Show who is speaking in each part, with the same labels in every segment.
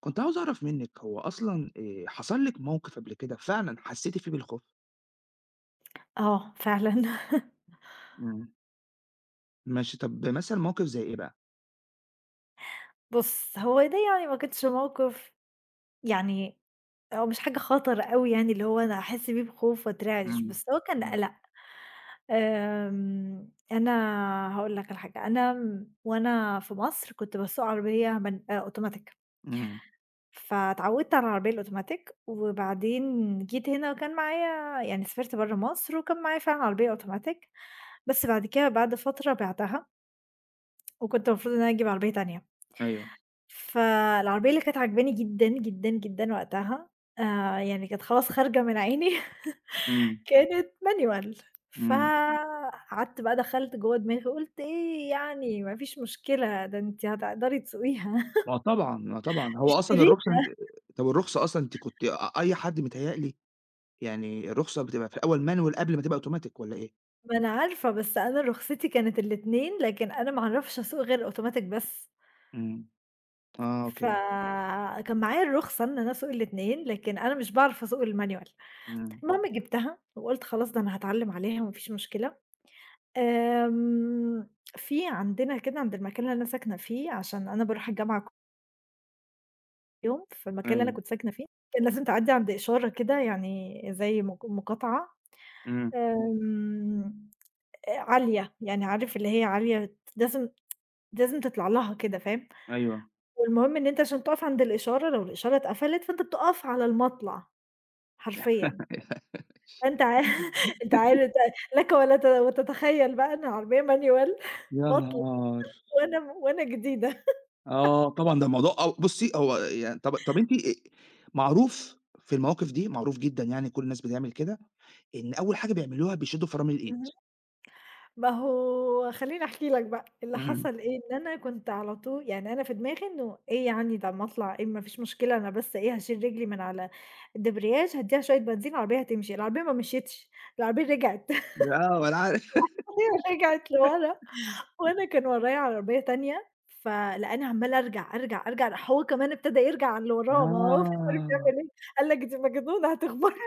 Speaker 1: كنت عاوز أعرف منِّك هو أصلًا حصل لِك موقف قبل كده فعلًا حسّيتِ فيه بالخوف؟
Speaker 2: آه فعلًا.
Speaker 1: إمم. ماشي، طَب مثلًا موقف زي إيه بقى؟
Speaker 2: بُص، هو ده ما كانش موقف يعني هو مش حاجة خطر أوي يعني اللي هو أنا هاحس بيه بخوف وأترعش،
Speaker 1: إمم،
Speaker 2: بس هو كان
Speaker 1: إمم.
Speaker 2: قَلَق. أنا هاقول لك على حاجة، أنا م وأنا في مصر كنت باسوق عربية من أوتوماتيك،
Speaker 1: إمم،
Speaker 2: فاتعوّدت على العربية الأوتوماتيك، وبعدين جيت هنا وكان معايا يعني سافرت برّه مصر وكان معايا فعلًا عربية أوتوماتيك، بس بعد كده بعد فترة بِعتها، وكنت المفروض إن أنا أجيب عربية تانية.
Speaker 1: أيوه.
Speaker 2: فالعربية اللي كانت عاجباني جدًا، جدًا، جدًا وقتها آآ، يعني كانت خلاص خارجة من عيني
Speaker 1: إمم،
Speaker 2: كانت manual.
Speaker 1: إمم.
Speaker 2: فقعدت بقى دخلت جوّه دماغي قُلت إيه يعني ما فيش مشكلة ده أنتِ هتقدري تسوقيها.
Speaker 1: ما طبعًا، ما طبعًا. هو أصلًا الرخصة
Speaker 2: اشتريها،
Speaker 1: أنتِ. طَب الرخصة أصلًا أنتِ كنتِ أي حد متهيأ لي، يعني الرخصة بتبقى في الأول manual قبل ما تبقى automatic والّا إيه؟
Speaker 2: ما أنا عارفة بس أنا رخصتي كانت الاتنين، لكن أنا ما اعرفش أسوق غير أوتوماتيك بس،
Speaker 1: إمم. آه، أوكي.
Speaker 2: فكان معايا الرخصة إن أنا أسوق الاتنين، لكن أنا مش باعرف أسوق الmanual.
Speaker 1: إمم،
Speaker 2: المهم جبتها وقُلت خلاص ده أنا هاتعلم عليها وما فيش مشكلة. آمم، في عندنا كده عند المكان اللي أنا ساكنة فيه، عشان أنا باروح الجامعة كل يوم، فالمكان اللي أنا
Speaker 1: أيوه،
Speaker 2: كنت ساكنة فيه كان لازم تعدّي عند إشارة كده يعني زي مقاطعة.
Speaker 1: إمم،
Speaker 2: آمم، عالية، يعني عارف اللي هي عالية لازم تطلع لها كده فاهم؟
Speaker 1: أيوه.
Speaker 2: والمهم إن أنت عشان تُقف عند الإشارة لو الإشارة اتقفلت، فأنت بتُقف على المَطلَع حرفيًا، فأنت عا أنت عارف لك ولا ت وتتخيل بقى إن عربية manual
Speaker 1: يا
Speaker 2: مطل.
Speaker 1: نهار!
Speaker 2: وأنا جديدة.
Speaker 1: آه، طبعًا ده موضوع أو بُصّي، هو يعني طب أنتِ معروف في المواقف دي، معروف جدًا، يعني كل الناس بتعمل كده، إن أول حاجة بيعملوها بيشدّوا فرامل الإيد.
Speaker 2: ما هو خلّيني أحكي لك بقى، اللي
Speaker 1: إمم.
Speaker 2: حصل إيه، إن أنا كنت على طول يعني أنا في دماغي إنه إيه يعني ده أمّا أطلع إيه ما فيش مشكلة أنا بس إيه هاشيل رجلي من على الدبرياج، هادّيها شوية بنزين العربية هتمشي، العربية ما مشيتش، العربية رجعت،
Speaker 1: آه، ما أنا عارف.
Speaker 2: هي رجعت لورا وأنا كان ورايا عربية تانية، فلقاني عمّالة أرجع، أرجع، أرجع، راح هو كمان ابتدى يرجع على اللي وراه، ما هو مش عارف
Speaker 1: آه.
Speaker 2: يعمل إيه، قال لك: "دي مجنونة هتخبطي."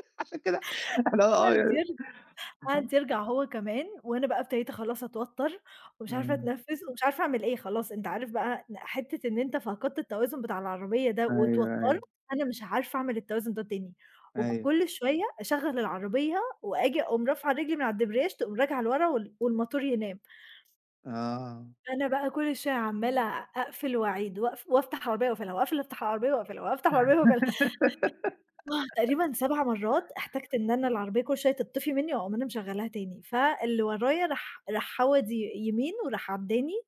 Speaker 1: عشان كده إحنا يعني.
Speaker 2: قعد يرجع هو كمان، وأنا بقى ابتديت خلاص أتوتّر ومش عارفة
Speaker 1: إمم.
Speaker 2: أتنفّس ومش عارفة أعمل إيه، خلاص أنت عارف بقى حتّة إن أنت فقدت التوازن بتاع العربية ده
Speaker 1: أيوه،
Speaker 2: واتوتّرت،
Speaker 1: أيوه،
Speaker 2: أنا مش عارفة أعمل التوازن ده تاني،
Speaker 1: أيوه.
Speaker 2: وكل شوية أشغّل العربية وآجي أقوم رافعة رجلي من على الدبرياج تقوم راجعة لورا وال والموتور ينام،
Speaker 1: آه،
Speaker 2: أنا بقى كل شوية عمّالة أقفل وأعيد وأقف وأفتح العربية وأقفلها، وأقفل أفتح العربية وأقفلها، وأفتح العربية وأقفلها. آه، تقريبًا 7 مرات احتجت إن أنا العربية كل شوية تطفي منّي وأقوم أنا مشغّلاها تاني، فاللي ورايا راح حوَد ي يمين وراح عدّاني،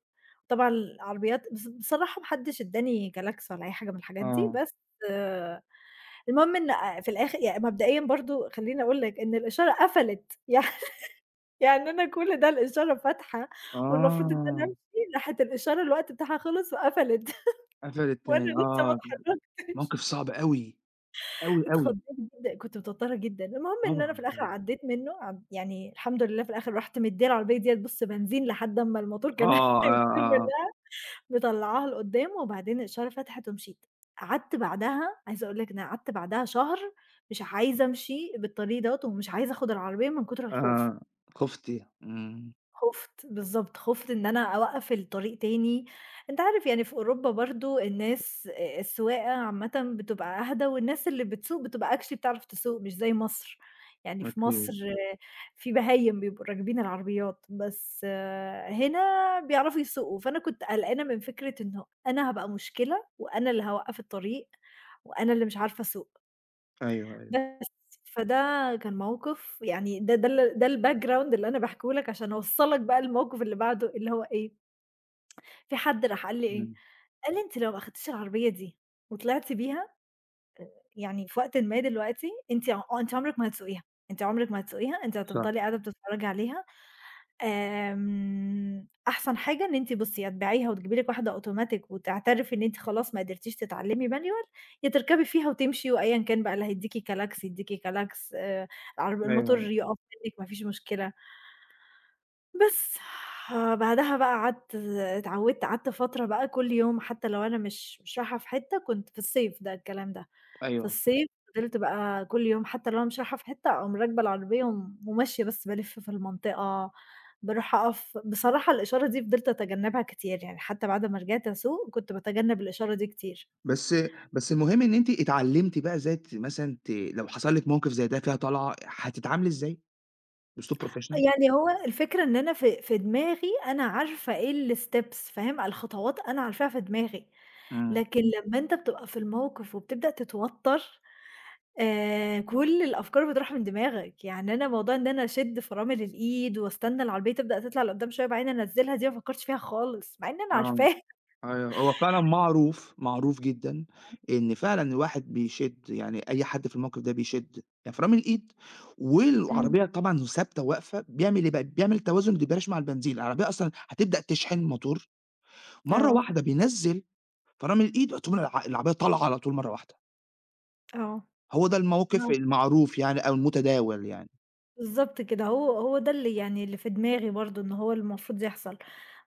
Speaker 2: طبعًا العربيات بصراحة ما حدّش ادّاني جلاكس ولا أي حاجة من الحاجات دي،
Speaker 1: آه،
Speaker 2: بس المهم إن في الآخر يعني مبدئيًا برضه خلّيني أقول لك إن الإشارة قفلت، يعني أنا كل ده الإشارة فاتحة والمفروض إن أنا
Speaker 1: آه.
Speaker 2: أمشي، راحت الإشارة الوقت بتاعها خلص وقفلت.
Speaker 1: قفلت
Speaker 2: وأنا
Speaker 1: تاني،
Speaker 2: لسه ما
Speaker 1: آه.
Speaker 2: اتحرّكتش.
Speaker 1: موقف صعب أوي، أوي، أوي.
Speaker 2: اتخضيت جدًا، كنت متوترة جدًا، المهم إن أنا في
Speaker 1: طبعًا،
Speaker 2: الآخر
Speaker 1: طبعًا.
Speaker 2: عدّيت منه يعني الحمد لله في الآخر رُحت مدّية العربية ديّة بُص بنزين لحد أمّا الموتور
Speaker 1: آه،
Speaker 2: كان
Speaker 1: آه،
Speaker 2: هيطير
Speaker 1: آه،
Speaker 2: منها، مطلّعاها لقدّام وبعدين الإشارة فتحت ومشيت، قعدت بعدها عايزة أقول لك إن أنا قعدت بعدها شهر مش عايزة أمشي بالطريق دوّة، ومش عايزة آخُد العربية من كتر الخوف.
Speaker 1: آه. خُفتِ. إمم.
Speaker 2: خُفت، بالضبط، خُفت إن أنا أوقّف الطريق تاني، أنت عارف يعني في أوروبا برضه الناس السواقة عامةً بتبقى أهدى والناس اللي بتسوق بتبقى actually بتعرف تسوق مش زي مصر، يعني في
Speaker 1: أكيد.
Speaker 2: مصر في بهايم بيبقوا راكبين العربيات، بس هنا بيعرفوا يسوقوا، فأنا كنت قلقانة من فكرة إنه أنا هابقى مشكلة وأنا اللي هاوقّف الطريق وأنا اللي مش عارفة أسوق.
Speaker 1: أيوه، أيوه.
Speaker 2: بس، فده كان موقف يعني ده الbackground اللي أنا باحكيه لك عشان أوصّل لك بقى الموقف اللي بعده، اللي هو إيه، في حد راح قال لي إيه،
Speaker 1: إمم.
Speaker 2: قال لي: لو ما أخدتيش العربية دي وطلعتِ بيها يعني في وقتٍ ما دلوقتي أنتِ ع آه، أنتِ عمرِك ما هتسوقيها، أنتِ عمرِك ما هتسوقيها، أنتِ
Speaker 1: صح.
Speaker 2: هتفضلي قاعدة بتتفرّجي عليها. آمم، أحسن حاجة إن أنتِ بُصّي، يا تبيعيها وتجيبي لِك واحدة أوتوماتيك وتعترفي إن أنتِ خلاص ما قدرتيش تتعلّمي manual، يا تركبي فيها وتمشي وأيًا كان بقى اللي هيدّيكِ كلاكس يدّيكِ كلاكس، العرب الموتور
Speaker 1: أيوه،
Speaker 2: يُقف منِّك ما فيش مشكلة." بس آه، بعدها بقى قعدت اتعودت قعدت فترة بقى كل يوم حتى لو أنا مش رايحة في حتة كنت في الصيف ده الكلام ده، في
Speaker 1: أيوه.
Speaker 2: الصيف فضلت بقى كل يوم حتى لو أنا مش رايحة في حتة أقوم راكبة العربية وم وماشية بس بالِف في المنطقة، باروح أقف بصراحة الإشارة دي فضلت أتجنبها كتير، يعني حتى بعد ما رجعت أسوق كنت باتجنب الإشارة دي كتير.
Speaker 1: بس بس المهم إن أنتِ اتعلمتِ بقى إزاي مثلًا لو حصل لِك موقف زي ده فيها طلعة، هتتعاملي إزاي بأسلوب professional؟
Speaker 2: يعني هو الفكرة إن أنا في دماغي أنا عارفة إيه الsteps فاهم؟ الخطوات أنا عارفاها في دماغي.
Speaker 1: إمم.
Speaker 2: لكن لمّا أنت بتبقى في الموقف وبتبدأ تتوتّر، كل الأفكار بتروح من دماغك، يعني أنا موضوع إن أنا أشد فرامل الإيد وأستنى العربية تبدأ تطلع لقدّام شوية وبعدين أنزّلها دي ما فكّرتش فيها خالص، مع إن أنا
Speaker 1: آه.
Speaker 2: عارفاها.
Speaker 1: أيوه، هو فعلًا معروف، معروف جدًا، إن فعلًا الواحد بيشِد، يعني أي حد في الموقف ده بيشِد إفرام الإيد،
Speaker 2: إمم.
Speaker 1: والعربية طبعًا ثابتة واقفة، بيعمل إيه بقى، بيعمل توازن بيبلاش مع البنزين، العربية أصلًا هتبدأ تشحن موتور، مرّة
Speaker 2: آه،
Speaker 1: واحدة بينزّل فرامل الإيد، وتقوم العربية طالعة على طول مرّة واحدة.
Speaker 2: آه.
Speaker 1: هو ده الموقف المعروف يعني، أو المتداول يعني.
Speaker 2: بالضبط كده، هو ده اللي يعني اللي في دماغي برضه إن هو المفروض يحصل،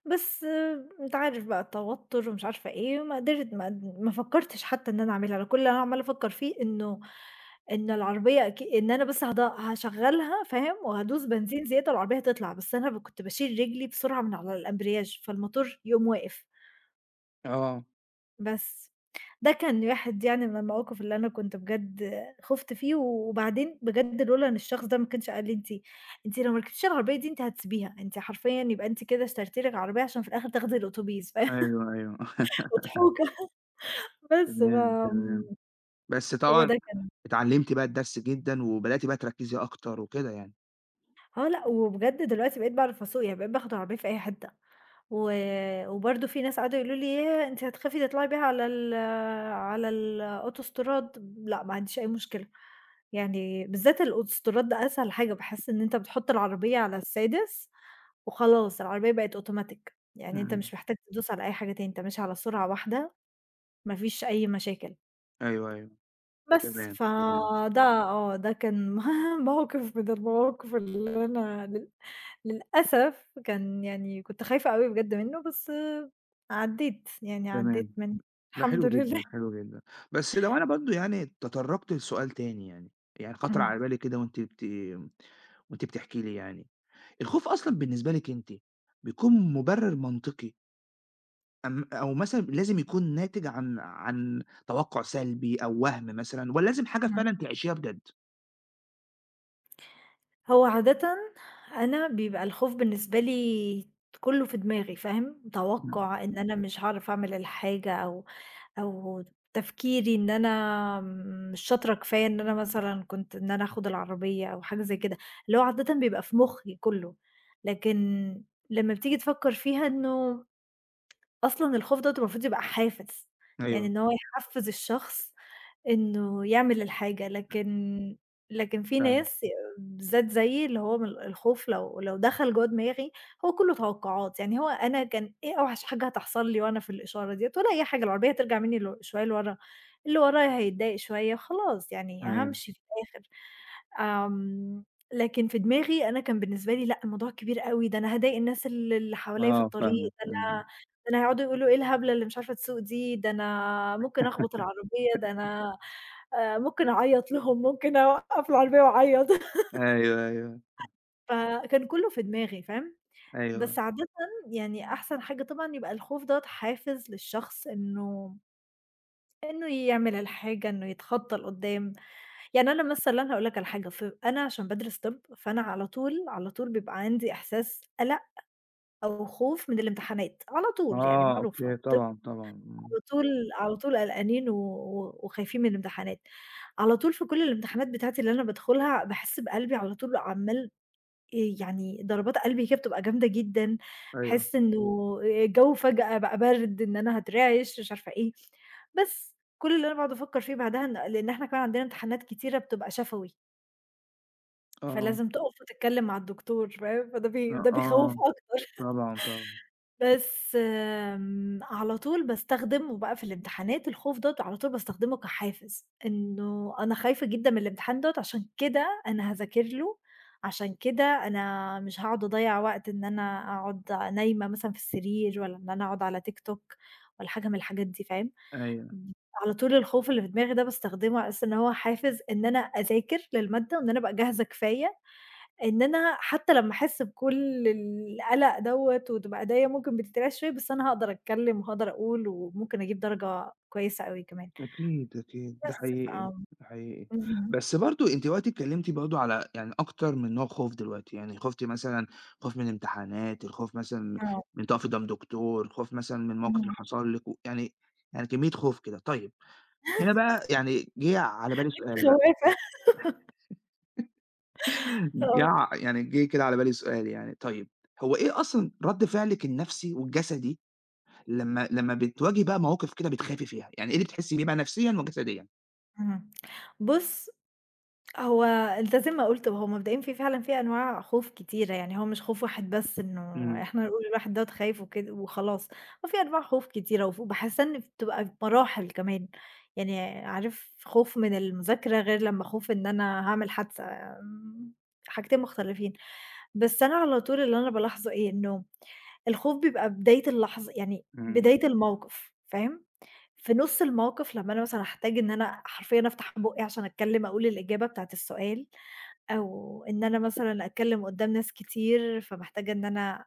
Speaker 2: بس آه، أنت عارف بقى التوتر ومش عارفة إيه، ما قدرت ما ما فكّرتش حتى إن أنا أعملها، أنا كل اللي أنا عمّالة أفكّر فيه إنه إن العربية إن أنا بس هاشغّلها فاهم، وهادوس بنزين زيادة العربية هتطلع، بس أنا ب كنت باشيل رجلي بسرعة من على الأمبرياج، فالموتور يقوم واقف.
Speaker 1: آه،
Speaker 2: بس. ده كان واحد يعني من المواقف اللي أنا كنت بجد خُفت فيه، وبعدين بجد لولا إن الشخص ده ما كانش قال لي: أنتِ لو ما ركبتيش العربية دي أنتِ هتسيبيها، أنتِ حرفيًا يبقى أنتِ كده اشترتِ لِك عربية عشان في الآخر تاخدي الأوتوبيس." ف
Speaker 1: أيوه، أيوه.
Speaker 2: مضحوكة. بس ف
Speaker 1: تمام،
Speaker 2: آمم،
Speaker 1: تمام. بس
Speaker 2: هو
Speaker 1: طبعًا
Speaker 2: ده كان
Speaker 1: اتعلمتِ بقى الدرس جدًا وبدأتِ بقى تركّزي أكتر وكده يعني.
Speaker 2: آه لأ، وبجد دلوقتي بقيت باعرف أسوق، يعني بقيت باخد العربية في أي حتة. و وبرضه في ناس قعدوا يقولوا لي: "ياه! أنتِ هتخافي تطلعي بيها على على الأوتوستراد." لأ، ما عنديش أي مشكلة. يعني بالذات الأوتوستراد ده أسهل حاجة، باحس إن أنت بتحط العربية على السادس وخلاص العربية بقت أوتوماتيك، يعني أنت
Speaker 1: إمم.
Speaker 2: مش محتاج تدوس على أي حاجة تاني، أنت ماشي على سرعة واحدة، ما فيش أي مشاكل.
Speaker 1: أيوه، أيوه.
Speaker 2: بس،
Speaker 1: تمام، تمام،
Speaker 2: فده آه، ده كان موقف من المواقف اللي أنا لل للأسف كان يعني كنت خايفة أوي بجد منّه، بس عدّيت، يعني
Speaker 1: تمام.
Speaker 2: عدّيت منّه
Speaker 1: ده
Speaker 2: الحمد
Speaker 1: حلو جدًا،
Speaker 2: لله.
Speaker 1: حلو جدًا. بس لو أنا برضه يعني تطرّقت لسؤال تاني يعني، يعني خطر على
Speaker 2: اهم،
Speaker 1: بالي كده وأنتِ بتحكي لي يعني، الخوف أصلًا بالنسبة لِك أنتِ بيكون مُبرر منطقي، أو مثلًا لازم يكون ناتج عن توقُّع سلبي أو وَهْم مثلًا، والّا لازم حاجة
Speaker 2: اهم.
Speaker 1: فعلًا تعيشيها بجد؟
Speaker 2: هو عادةً أنا بيبقى الخوف بالنسبة لي كُلّه في دماغي فاهم،
Speaker 1: إمم.
Speaker 2: توقُّع إن أنا مش هاعرف أعمل الحاجة أو أو تفكيري إن أنا مش شاطرة كفاية إن أنا مثلًا كنت إن أنا آخُد العربية أو حاجة زي كده، اللي هو عادةً بيبقى في مُخّي كُلّه، لكن لمّا بتيجي تفكّر فيها إنه أصلًا الخوف دوّة المفروض يبقى حافز، يعني
Speaker 1: أيوه،
Speaker 2: إن هو يحفّز الشخص إنه يعمل الحاجة، لكن في
Speaker 1: فاهمِك،
Speaker 2: ناس بالذات زيي اللي هو من الخوف لو دخل جوّه دماغي هو كلّه توقعات، يعني هو أنا كان إيه أوحش حاجة هتحصل لي وأنا في الإشارة ديّة ولا أي حاجة، العربية هترجع منّي شوية لورا، اللي ورايا هيتضايق شوية وخلاص يعني
Speaker 1: أيوه،
Speaker 2: هامشي في الآخر، آمم، لكن في دماغي أنا كان بالنسبة لي لأ، الموضوع كبير أوي، ده أنا هاضايق الناس اللي حواليّا في
Speaker 1: آه
Speaker 2: الطريق،
Speaker 1: فاهمِك، إمم،
Speaker 2: ده أنا هيقعدوا يقولوا إيه الهبلة اللي مش عارفة تسوق دي، ده أنا ممكن أخبط العربية، ده أنا ممكن أعيّط لهم، ممكن أوقّف العربية وأعيّط.
Speaker 1: أيوه، أيوه،
Speaker 2: فكان كُلّه في دماغي فاهم،
Speaker 1: أيوه،
Speaker 2: بس عادةً يعني أحسن حاجة طبعًا يبقى الخوف دوّة حافز للشخص إنه يعمل الحاجة، إنه يتخطى لقدّام. يعني أنا مثلًا هاقول لك على حاجة، ف أنا عشان بادرس طِب، فأنا على طول، على طول بيبقى عندي إحساس قَلَق أو خوف من الامتحانات، على طول يعني
Speaker 1: آه
Speaker 2: معروفة.
Speaker 1: أوكي،
Speaker 2: طِب
Speaker 1: طبعًا، طبعًا، إمم،
Speaker 2: على طول على طول قلقانين و وخايفين من الامتحانات. على طول في كل الامتحانات بتاعتي اللي أنا بادخلها باحس بقلبي على طول عمّال يعني ضربات قلبي كده بتبقى جامدة جدًا،
Speaker 1: أيوه،
Speaker 2: باحس إنه الجو فجأة بقى برد، إن أنا هاترعش، مش عارفة إيه. بس كل اللي أنا باقعد أفكّر فيه بعدها إن لإن إحنا كمان عندنا امتحانات كتيرة بتبقى شفوي،
Speaker 1: آه،
Speaker 2: فلازم تُقف وتتكلّم مع الدكتور فاهم؟ فده
Speaker 1: آه،
Speaker 2: بي ده بيخوّف
Speaker 1: آه،
Speaker 2: أكتر.
Speaker 1: طبعًا، طبعًا،
Speaker 2: بس آمم، على طول باستخدمه بقى في الامتحانات الخوف دوّة على طول باستخدمه كحافز، إنه أنا خايفة جدًا من الامتحان دوّة عشان كده أنا هاذاكر له، عشان كده أنا مش هاقعد أضيّع وقت إن أنا أقعد نايمة مثلًا في السرير والّا إن أنا أقعد على تيك توك ولا حاجة من الحاجات دي فاهم؟
Speaker 1: أيوه.
Speaker 2: على طول الخوف اللي في دماغي ده باستخدمه على أساس إن هو حافز إن أنا أذاكر للمادة وإن أنا أبقى جاهزة كفاية إن أنا حتى لمّا أحس بكل القلق دوّة وتبقى إيديّا ممكن بتترعش شوية، بس أنا هاقدر أتكلّم وهاقدر أقول وممكن أجيب درجة كويسة أوي كمان.
Speaker 1: أكيد، أكيد، ده
Speaker 2: بس ف
Speaker 1: حقيقي، ده حقيقي.
Speaker 2: اهم،
Speaker 1: بس برضه أنتِ وقتِك اتكلمتِ برضه على يعني أكتر من نوع خوف دلوقتي، يعني خُفتِ مثلًا خوف من الامتحانات، الخوف مثلًا
Speaker 2: آه،
Speaker 1: من تُقفي قدام دكتور، خوف مثلًا من موقف اللي
Speaker 2: اهم.
Speaker 1: حصل لِك، ويعني كمية خوف كده. طيب، هنا بقى يعني جِه على بالي سؤال
Speaker 2: أنت
Speaker 1: بقى،
Speaker 2: خوّافة،
Speaker 1: جِه
Speaker 2: آه.
Speaker 1: ع يعني جِه كده على بالي سؤال يعني، طيب هو إيه أصلًا رد فعلِك النفسي والجسدي لمّا بتواجهي بقى مواقف كده بتخافي فيها؟ يعني إيه اللي بتحسي بيه بقى نفسيًا وجسديًا؟
Speaker 2: اهم. بُص هو أنت زي ما قُلت، هو مبدئيًا فعلًا في أنواع خوف كتيرة، يعني هو مش خوف واحد بس إنه
Speaker 1: إمم،
Speaker 2: إحنا نقول الواحد دوّة خايف وكد وخلاص، هو في أنواع خوف كتيرة وف وباحس إن بتبقى بمراحل كمان، يعني عارف خوف من المذاكرة غير لمّا خوف إن أنا هاعمل حادثة، آمم، حاجتين مختلفين. بس أنا على طول اللي أنا بالاحظه إيه، إنه الخوف بيبقى بداية اللحظة يعني
Speaker 1: إمم،
Speaker 2: بداية الموقف، فاهم؟ في نُص الموقف لمّا أنا مثلًا هاحتاج إن أنا حرفيًا أفتح بُقّي عشان أتكلّم أقول الإجابة بتاعة السؤال، أو إن أنا مثلًا أتكلّم قدّام ناس كتير، فمحتاجة إن أنا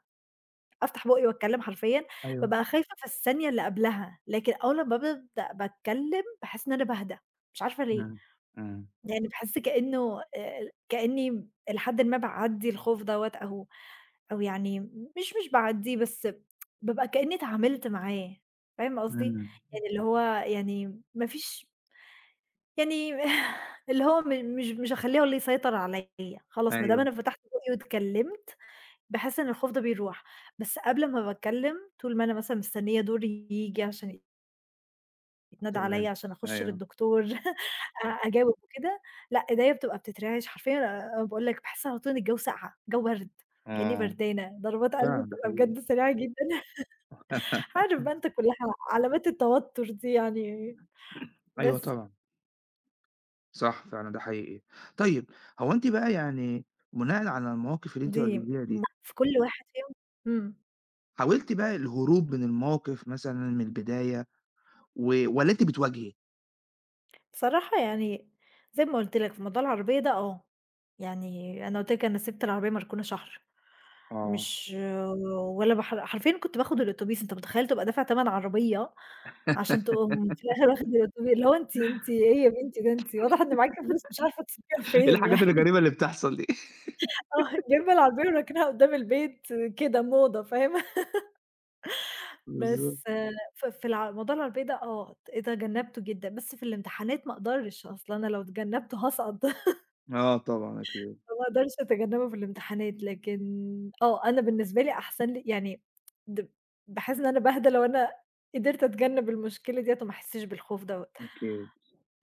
Speaker 2: أفتح بُقّي وأتكلّم حرفيًا،
Speaker 1: أيوه.
Speaker 2: بابقى خايفة في الثانية اللي قبلها، لكن أول لمّا بابدأ باتكلّم باحس إن أنا باهدى، مش عارفة ليه،
Speaker 1: إمم، إمم،
Speaker 2: يعني باحس كإنه كإني إلى حدٍ ما باعدّي الخوف دوّة أو أو يعني مش باعدّيه بس بابقى كإني اتعاملت معاه، فاهم قصدي؟
Speaker 1: إمم،
Speaker 2: يعني اللي هو يعني ما فيش يعني اللي هو م مش هاخلّيه هو اللي يسيطر عليّا، خلاص ما دام
Speaker 1: أيوه،
Speaker 2: أنا فتحت بُقّي واتكلّمت، باحس إن الخوف ده بيروح، بس قبل ما باتكلّم طول ما أنا مثلًا مستنية دوري ييجي عشان يتنادى
Speaker 1: تمام،
Speaker 2: عليّا عشان أخُش
Speaker 1: أيوه،
Speaker 2: للدكتور أجاوب وكده، لأ إيديّا بتبقى بتترعش حرفيًا أنا باقول لك باحس على طول إن الجو ساقعة، الجو برد، كإنّي
Speaker 1: آه،
Speaker 2: بردانة، ضربات قلبي
Speaker 1: فعلًا ده
Speaker 2: بتبقى
Speaker 1: حقيقي.
Speaker 2: بجد سريعة جدًا، عارف بقى أنت كلّها علامات التوتر دي يعني،
Speaker 1: أيوه
Speaker 2: بس
Speaker 1: طبعًا، صح فعلًا ده حقيقي. طيب هو أنتِ بقى يعني بناءً على المواقف اللي أنتِ
Speaker 2: دي
Speaker 1: واجهتيها
Speaker 2: م
Speaker 1: دي،
Speaker 2: في كل واحد فيهم. إمم.
Speaker 1: حاولتِ بقى الهروب من الموقف مثلًا من البداية والّا أنتِ بتواجهي؟
Speaker 2: بصراحة يعني زي ما قُلت لك في موضوع العربية ده آه، يعني أنا قُلت لك أنا سِبت العربية مركونة شهر،
Speaker 1: آه.
Speaker 2: مش إمم. ولا بحر حرفيًا كنت باخد الأوتوبيس، أنت متخيّل تبقى دافع تَمَن عربية عشان تقوم في الآخر واخد الأوتوبي اللي هو أنتِ أنتِ إيه يا بنتي ده أنتِ واضح إن معاكِ فلوس مش عارفة تصرفيها
Speaker 1: إيه
Speaker 2: فين
Speaker 1: الحاجات
Speaker 2: يعني.
Speaker 1: الغريبة اللي بتحصل دي؟
Speaker 2: آه، جايبة العربية وراكناها قدّام البيت كده موضة فاهم؟
Speaker 1: بالضبط،
Speaker 2: بس آه، ف في الع موضوع العربية ده آه، تجنّبته جدًا، بس في الامتحانات ما أقدرش، أصل أنا لو اتجنّبته هاسقط.
Speaker 1: آه طبعًا أكيد،
Speaker 2: فما اقدرش أتجنبه في الامتحانات، لكن آه، أنا بالنسبة لي أحسن لي يعني د باحس إن أنا باهدى لو أنا قدرت أتجنب المشكلة ديّة وما أحسّش بالخوف دوّة،
Speaker 1: أكيد،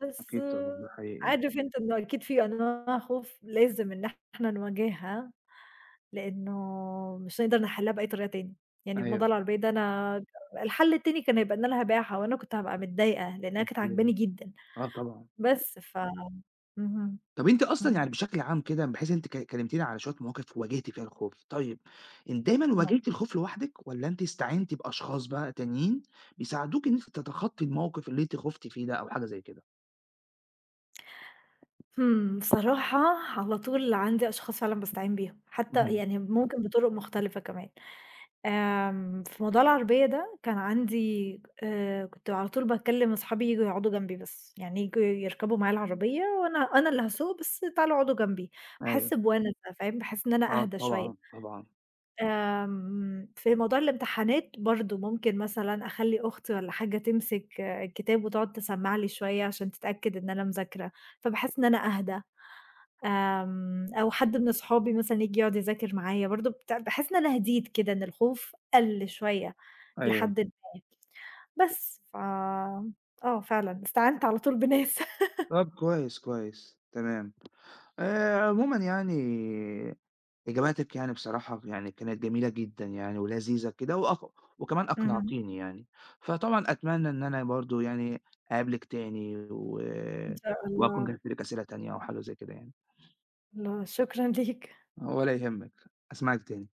Speaker 2: بس
Speaker 1: أكيد طبعًا،
Speaker 2: آه،
Speaker 1: ده حقيقي،
Speaker 2: عارف أنت إنه أكيد في أنواع خوف لازم إن إحنا نواجهها، لإنه مش هنقدر نحلّها بأي طريقة تاني، يعني الموضوع
Speaker 1: أيوه،
Speaker 2: العربية ده أنا الحل التاني كان هيبقى إن أنا هابيعها وأنا كنت هابقى متضايقة، لإنها كانت عاجباني
Speaker 1: أكيد،
Speaker 2: جدًا،
Speaker 1: آه طبعًا.
Speaker 2: بس ف اهم،
Speaker 1: طب أنتِ أصلًا
Speaker 2: اهم.
Speaker 1: يعني بشكل عام كده، بحيث أنتِ كلمتيني على شوية مواقف واجهتِ فيها الخوف، طيب أنتِ دايمًا واجهتِ الخوف لوحدِك، والّا أنتِ استعنتِ بأشخاص بقى تانيين بيساعدوكِ إن أنتِ تتخطي الموقف اللي أنتِ خُفتِ فيه ده، أو حاجة زي كده؟
Speaker 2: إمم، بصراحة على طول عندي أشخاص فعلًا باستعين بيهم، حتى
Speaker 1: اهم،
Speaker 2: يعني ممكن بطرق مختلفة كمان. آمم، في موضوع العربية ده كان عندي كنت على طول باكلم أصحابي ييجوا يقعدوا جنبي بس، يعني ييجوا يركبوا معايا العربية أنا اللي هاسوق بس تعالوا اقعدوا جنبي،
Speaker 1: أيوه،
Speaker 2: باحس بونسة فاهم، باحس إن أنا
Speaker 1: آه
Speaker 2: أهدى
Speaker 1: طبعًا،
Speaker 2: شوية.
Speaker 1: طبعًا،
Speaker 2: آمم، في موضوع الامتحانات برضه ممكن مثلًا أخلّي أختي والّا حاجة تمسك آه، الكتاب وتقعد تسمع لي شوية عشان تتأكد إن أنا مذاكرة، فباحس إن أنا أهدى. آمم، أو حد من أصحابي مثلًا ييجي يقعد يذاكر معايا برضه باحس إن أنا هديت كده، إن الخوف قَل شوية إلى
Speaker 1: أيوه،
Speaker 2: حدٍ ما، بس ف آه فعلًا استعنت على طول بناس.
Speaker 1: طب كويس، كويس، تمام. عمومًا يعني إجاباتِك يعني بصراحة يعني كانت جميلة جدًا يعني، ولذيذة كده، وكمان
Speaker 2: اهم،
Speaker 1: أقنعتيني يعني، فطبعًا أتمنى إن أنا برضه يعني أقابلِك تاني، و
Speaker 2: إن شاء
Speaker 1: وأكون
Speaker 2: الله،
Speaker 1: جهزت لِك أسئلة تانية أو حاجة زي كده يعني،
Speaker 2: الله شكرًا ليك.
Speaker 1: ولا يهمِّك، أسمعِك تاني.